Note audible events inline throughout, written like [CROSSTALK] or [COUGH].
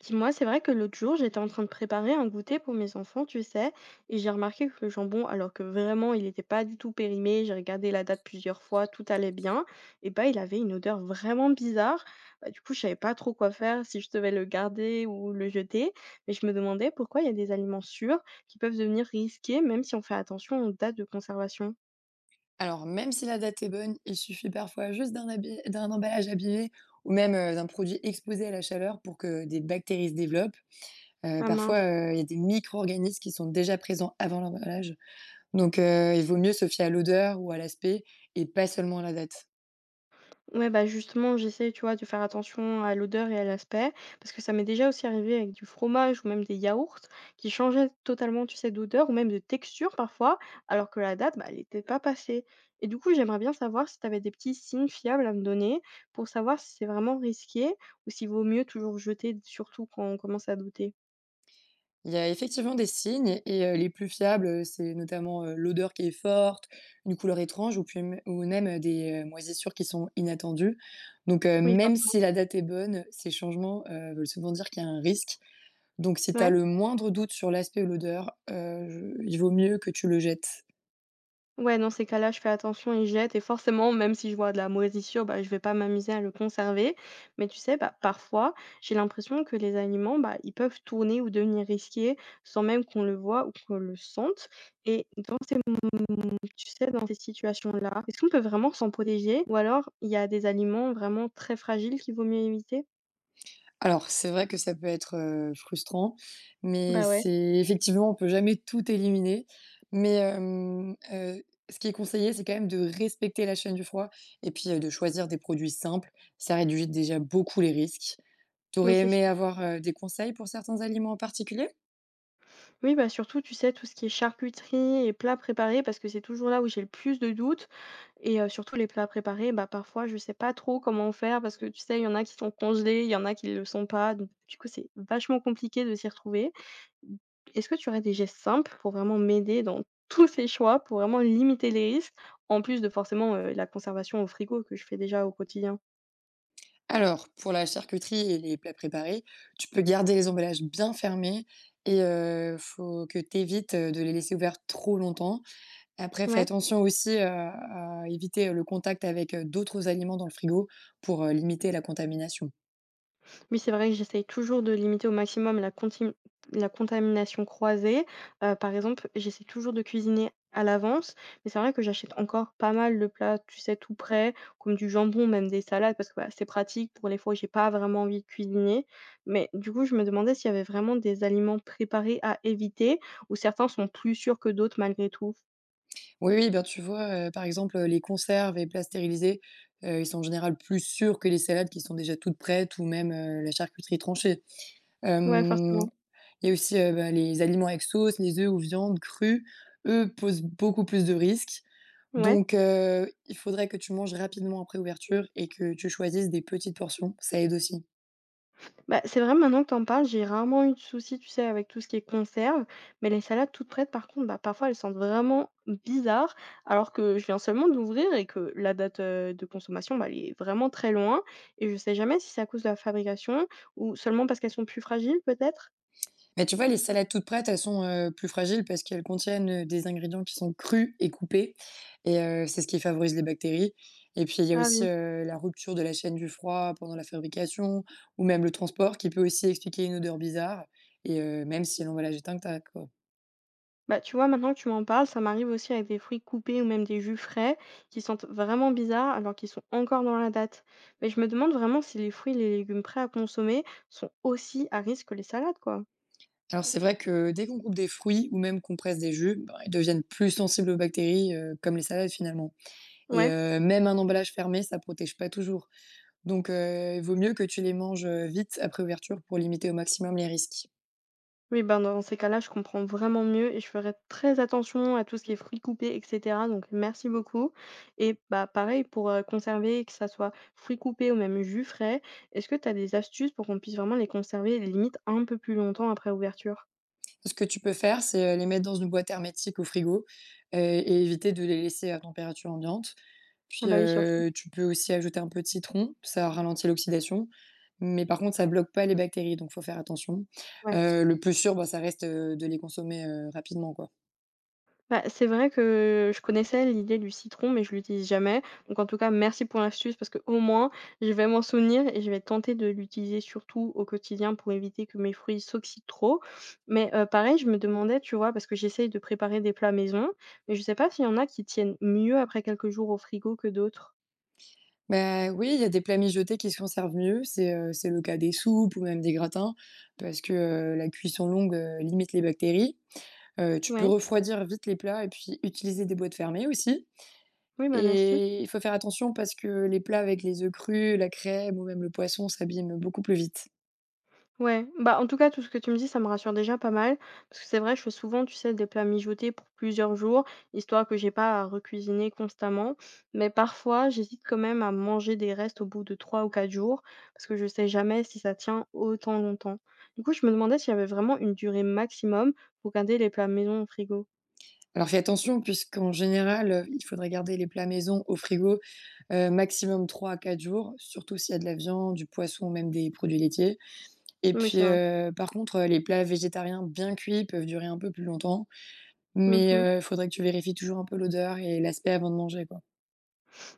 Dis-moi, c'est vrai que l'autre jour, j'étais en train de préparer un goûter pour mes enfants, tu sais, et j'ai remarqué que le jambon, alors que vraiment il n'était pas du tout périmé, j'ai regardé la date plusieurs fois, tout allait bien, et bah il avait une odeur vraiment bizarre. Bah, du coup, je savais pas trop quoi faire, si je devais le garder ou le jeter, mais je me demandais pourquoi il y a des aliments sûrs qui peuvent devenir risqués, même si on fait attention aux dates de conservation. Alors, même si la date est bonne, il suffit parfois juste d'un emballage abîmé ou même d'un produit exposé à la chaleur pour que des bactéries se développent. Ah Parfois, mince. Il y a des micro-organismes qui sont déjà présents avant l'emballage. Donc, il vaut mieux se fier à l'odeur ou à l'aspect et pas seulement à la date. Ouais, bah, justement, j'essaie, tu vois, de faire attention à l'odeur et à l'aspect, parce que ça m'est déjà aussi arrivé avec du fromage ou même des yaourts qui changeaient totalement, tu sais, d'odeur ou même de texture parfois, alors que la date, bah, elle était pas passée. Et du coup, j'aimerais bien savoir si tu avais des petits signes fiables à me donner pour savoir si c'est vraiment risqué ou s'il vaut mieux toujours jeter, surtout quand on commence à douter. Il y a effectivement des signes et les plus fiables, c'est notamment l'odeur qui est forte, une couleur étrange ou même des moisissures qui sont inattendues. Donc, Oui, même forcément. si la date est bonne, ces changements veulent souvent dire qu'il y a un risque. Donc si tu as Ouais. le moindre doute sur l'aspect ou l'odeur, je il vaut mieux que tu le jettes. Ouais, dans ces cas-là, je fais attention et je jette et forcément, même si je vois de la moisissure, bah, je vais pas m'amuser à le conserver. Mais tu sais, bah, parfois, j'ai l'impression que les aliments, bah, ils peuvent tourner ou devenir risqués sans même qu'on le voie ou qu'on le sente. Et donc, tu sais, dans ces situations-là, est-ce qu'on peut vraiment s'en protéger? Ou alors, il y a des aliments vraiment très fragiles qu'il vaut mieux éviter? Alors c'est vrai que ça peut être, frustrant, mais Bah ouais. c'est effectivement, on peut jamais tout éliminer, mais ce qui est conseillé, c'est quand même de respecter la chaîne du froid et puis, de choisir des produits simples. Ça réduit déjà beaucoup les risques. Oui, T'aurais c'est aimé sûr. avoir, des conseils pour certains aliments en particulier? Oui, bah surtout, tu sais, tout ce qui est charcuterie et plats préparés, parce que c'est toujours là où j'ai le plus de doutes. Et surtout les plats préparés, bah, parfois je sais pas trop comment faire parce que tu sais, il y en a qui sont congelés, il y en a qui le sont pas, donc du coup, c'est vachement compliqué de s'y retrouver. Mmh, est-ce que tu aurais des gestes simples pour vraiment m'aider dans [LAUGHS] tous ces choix, pour vraiment limiter les risques, en plus de forcément, la conservation au frigo que je fais déjà au quotidien? Alors, pour la charcuterie et les plats préparés, tu peux garder les emballages bien fermés et faut que tu évites de les laisser ouverts trop longtemps. Après, fais Ouais. attention aussi à éviter le contact avec d'autres aliments dans le frigo pour limiter la contamination. Oui, c'est vrai que j'essaye toujours de limiter au maximum la contamination croisée. Par exemple, j'essaie toujours de cuisiner à l'avance, mais c'est vrai que j'achète encore pas mal de plats, tu sais, tout prêts, comme du jambon, même des salades, parce que, bah, c'est pratique pour les fois où j'ai pas vraiment envie de cuisiner. Mais du coup, je me demandais s'il y avait vraiment des aliments préparés à éviter ou certains sont plus sûrs que d'autres malgré tout? Oui, oui, bien tu vois, par exemple, les conserves et plats stérilisés, ils sont en général plus sûrs que les salades qui sont déjà toutes prêtes ou même la charcuterie tranchée. Ouais, Euh, forcément. Il y a aussi, bah, les aliments avec sauce, les œufs ou viande crus, eux, posent beaucoup plus de risques. Ouais. Donc il faudrait que tu manges rapidement après ouverture et que tu choisisses des petites portions, ça aide aussi. Bah, c'est vrai maintenant que tu en parles, j'ai rarement eu de soucis, tu sais, avec tout ce qui est conserve, mais les salades toutes prêtes, par contre, bah, parfois elles sentent vraiment bizarre, alors que je viens seulement d'ouvrir et que la date de consommation, bah, elle est vraiment très loin, et je sais jamais si c'est à cause de la fabrication ou seulement parce qu'elles sont plus fragiles, peut-être? Mais tu vois, les salades toutes prêtes, elles sont, plus fragiles parce qu'elles contiennent, des ingrédients qui sont crus et coupés et c'est ce qui favorise les bactéries et puis il y a Ah aussi, oui. La rupture de la chaîne du froid pendant la fabrication ou même le transport qui peut aussi expliquer une odeur bizarre et même si l'emballage est intact, quoi. Bah, tu vois, maintenant que tu m'en parles, ça m'arrive aussi avec des fruits coupés ou même des jus frais qui sentent vraiment bizarre alors qu'ils sont encore dans la date. Mais je me demande vraiment si les fruits et les légumes prêts à consommer sont aussi à risque que les salades, quoi. Alors c'est vrai que dès qu'on coupe des fruits ou même qu'on presse des jus, ben, ils deviennent plus sensibles aux bactéries, comme les salades finalement. Et Ouais. Même un emballage fermé, ça protège pas toujours. Donc il vaut mieux que tu les manges vite après ouverture pour limiter au maximum les risques. Oui, ben, dans ces cas-là, je comprends vraiment mieux et je ferai très attention à tout ce qui est fruits coupés, et cetera. Donc, merci beaucoup. Et bah, pareil, pour conserver, que ça soit fruits coupés ou même jus frais, est-ce que tu as des astuces pour qu'on puisse vraiment les conserver limite un peu plus longtemps après ouverture? Ce que tu peux faire, c'est les mettre dans une boîte hermétique au frigo euh, et éviter de les laisser à température ambiante. Ah Puis, bah oui, surtout. Tu peux aussi ajouter un peu de citron, ça ralentit l'oxydation, mais par contre ça bloque pas les bactéries, donc faut faire attention. Ouais. Le plus sûr, bah, ça reste, de les consommer, rapidement, quoi. Bah, c'est vrai que je connaissais l'idée du citron, mais je l'utilise jamais. Donc en tout cas, merci pour l'astuce parce que au moins, je vais m'en souvenir et je vais tenter de l'utiliser surtout au quotidien pour éviter que mes fruits s'oxydent trop. Mais pareil, je me demandais, tu vois, parce que j'essaye de préparer des plats maison, mais je sais pas s'il y en a qui tiennent mieux après quelques jours au frigo que d'autres. Bah, oui, il y a des plats mijotés qui se conservent mieux, c'est le cas des soupes ou même des gratins parce que, la cuisson longue, limite les bactéries. Tu peux Ouais, refroidir vite les plats et puis utiliser des boîtes fermées aussi oui, bonne astuce. et il faut faire attention parce que les plats avec les œufs crus, la crème ou même le poisson s'abîment beaucoup plus vite. Ouais, bah, en tout cas, tout ce que tu me dis, ça me rassure déjà pas mal. Parce que c'est vrai, je fais souvent, tu sais, des plats mijotés pour plusieurs jours, histoire que j'ai pas à recuisiner constamment. Mais parfois, j'hésite quand même à manger des restes au bout de trois ou quatre jours, parce que je sais jamais si ça tient autant longtemps. Du coup, je me demandais s'il y avait vraiment une durée maximum pour garder les plats maison au frigo. Alors fais attention puisqu'en général, il faudrait garder les plats maison au frigo, maximum 3 à 4 jours, surtout s'il y a de la viande, du poisson, même des produits laitiers et Oui, puis, c'est vrai. Par contre, les plats végétariens bien cuits peuvent durer un peu plus longtemps, Mhm. mais, il faudrait que tu vérifies toujours un peu l'odeur et l'aspect avant de manger, quoi.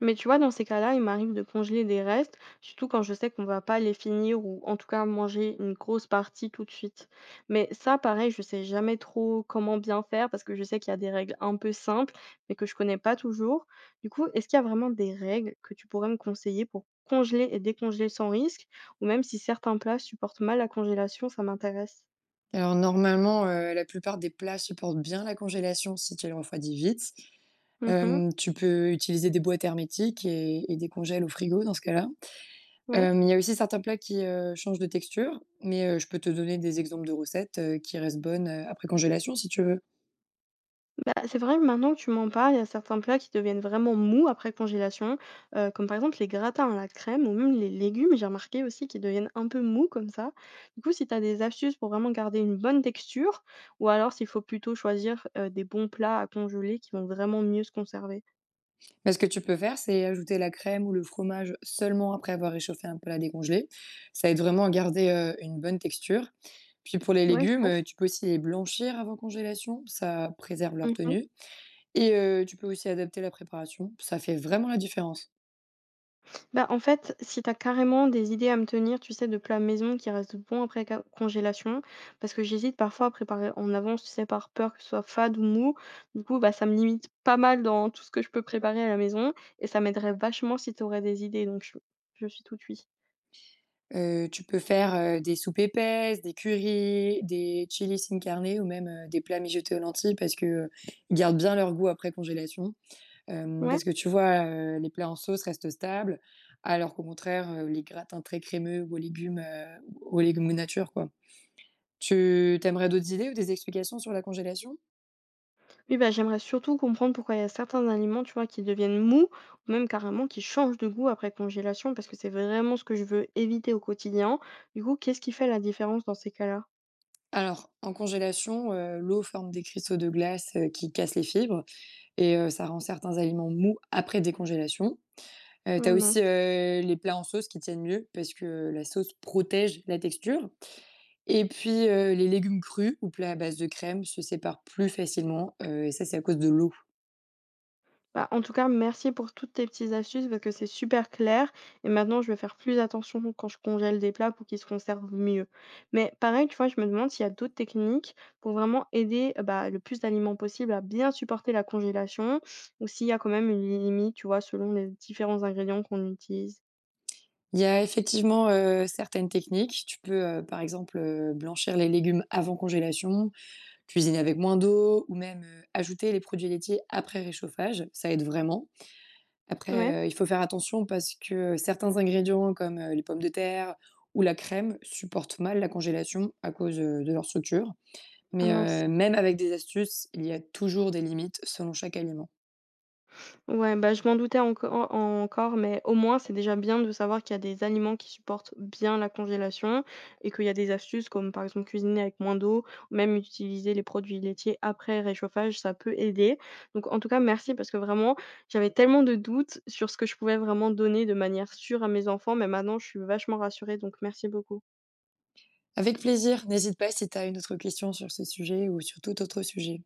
Mais tu vois, dans ces cas-là, il m'arrive de congeler des restes, surtout quand je sais qu'on va pas les finir ou en tout cas manger une grosse partie tout de suite. Mais ça, pareil, je sais jamais trop comment bien faire parce que je sais qu'il y a des règles un peu simples, mais que je connais pas toujours. Du coup, est-ce qu'il y a vraiment des règles que tu pourrais me conseiller pour congeler et décongeler sans risque? Ou même si certains plats supportent mal la congélation, ça m'intéresse. Alors normalement, la plupart des plats supportent bien la congélation si tu les refroidis vite. Mhm. Tu peux utiliser des boîtes hermétiques et des congèles au frigo dans ce cas-là. Ouais. Il y a aussi certains plats qui, changent de texture, mais je peux te donner des exemples de recettes, qui restent bonnes, après congélation si tu veux. Bah, c'est vrai que maintenant que tu m'en parles, il y a certains plats qui deviennent vraiment mous après congélation, comme par exemple les gratins à la crème ou même les légumes, j'ai remarqué aussi qu'ils deviennent un peu mous comme ça. Du coup, si tu as des astuces pour vraiment garder une bonne texture ou alors s'il faut plutôt choisir, des bons plats à congeler qui vont vraiment mieux se conserver? Mais ce que tu peux faire, c'est ajouter la crème ou le fromage seulement après avoir réchauffé un plat décongelé. Ça aide vraiment à garder, une bonne texture. Puis pour les Ouais, légumes, j'ai hâte. Tu peux aussi les blanchir avant congélation, ça préserve leur Mmh. tenue et tu peux aussi adapter la préparation, ça fait vraiment la différence. Bah, en fait, si t'as carrément des idées à me tenir, tu sais, de plats maison qui restent bons après congélation, parce que j'hésite parfois à préparer en avance, tu sais, par peur que ce soit fade ou mou. Du coup, bah, ça me limite pas mal dans tout ce que je peux préparer à la maison et ça m'aiderait vachement si t'aurais des idées. Donc, je suis tout oui. Tu peux faire, des soupes épaisses, des currys, des chilis sin carne ou même, des plats mijotés aux lentilles parce que, ils gardent bien leur goût après congélation. Ouais. Parce que tu vois, les plats en sauce restent stables, alors qu'au contraire, les gratins très crémeux aux légumes nature, quoi. Tu t'aimerais d'autres idées ou des explications sur la congélation? Oui, bah, j'aimerais surtout comprendre pourquoi il y a certains aliments, tu vois, qui deviennent mous ou même carrément qui changent de goût après congélation, parce que c'est vraiment ce que je veux éviter au quotidien. Du coup, qu'est-ce qui fait la différence dans ces cas-là? Alors, en congélation, l'eau forme des cristaux de glace, qui cassent les fibres et ça rend certains aliments mous après décongélation. Tu Ouais, aussi, mince. Les plats en sauce qui tiennent mieux parce que la sauce protège la texture et puis, les légumes crus ou plats à base de crème se séparent plus facilement, et ça, c'est à cause de l'eau. Bah, en tout cas, merci pour toutes tes petites astuces parce que c'est super clair et maintenant je vais faire plus attention quand je congèle des plats pour qu'ils se conservent mieux. Mais pareil, tu vois, je me demande s'il y a d'autres techniques pour vraiment aider, bah, le plus d'aliments possible à bien supporter la congélation ou s'il y a quand même une limite, tu vois, selon les différents ingrédients qu'on utilise? Il y a effectivement, certaines techniques. Tu peux, par exemple, blanchir les légumes avant congélation, cuisiner avec moins d'eau ou même, ajouter les produits laitiers après réchauffage. Ça aide vraiment. Ouais? Après, il faut faire attention parce que certains ingrédients comme, les pommes de terre ou la crème supportent mal la congélation à cause, de leur structure. Ah Mais, mince. Même avec des astuces, il y a toujours des limites selon chaque aliment. Ouais, bah, je m'en doutais encore, mais au moins, c'est déjà bien de savoir qu'il y a des aliments qui supportent bien la congélation et qu'il y a des astuces comme, par exemple, cuisiner avec moins d'eau, même utiliser les produits laitiers après réchauffage, ça peut aider. Donc, en tout cas, merci parce que vraiment, j'avais tellement de doutes sur ce que je pouvais vraiment donner de manière sûre à mes enfants, mais maintenant, je suis vachement rassurée, donc merci beaucoup. Avec plaisir, n'hésite pas si tu as une autre question sur ce sujet ou sur tout autre sujet.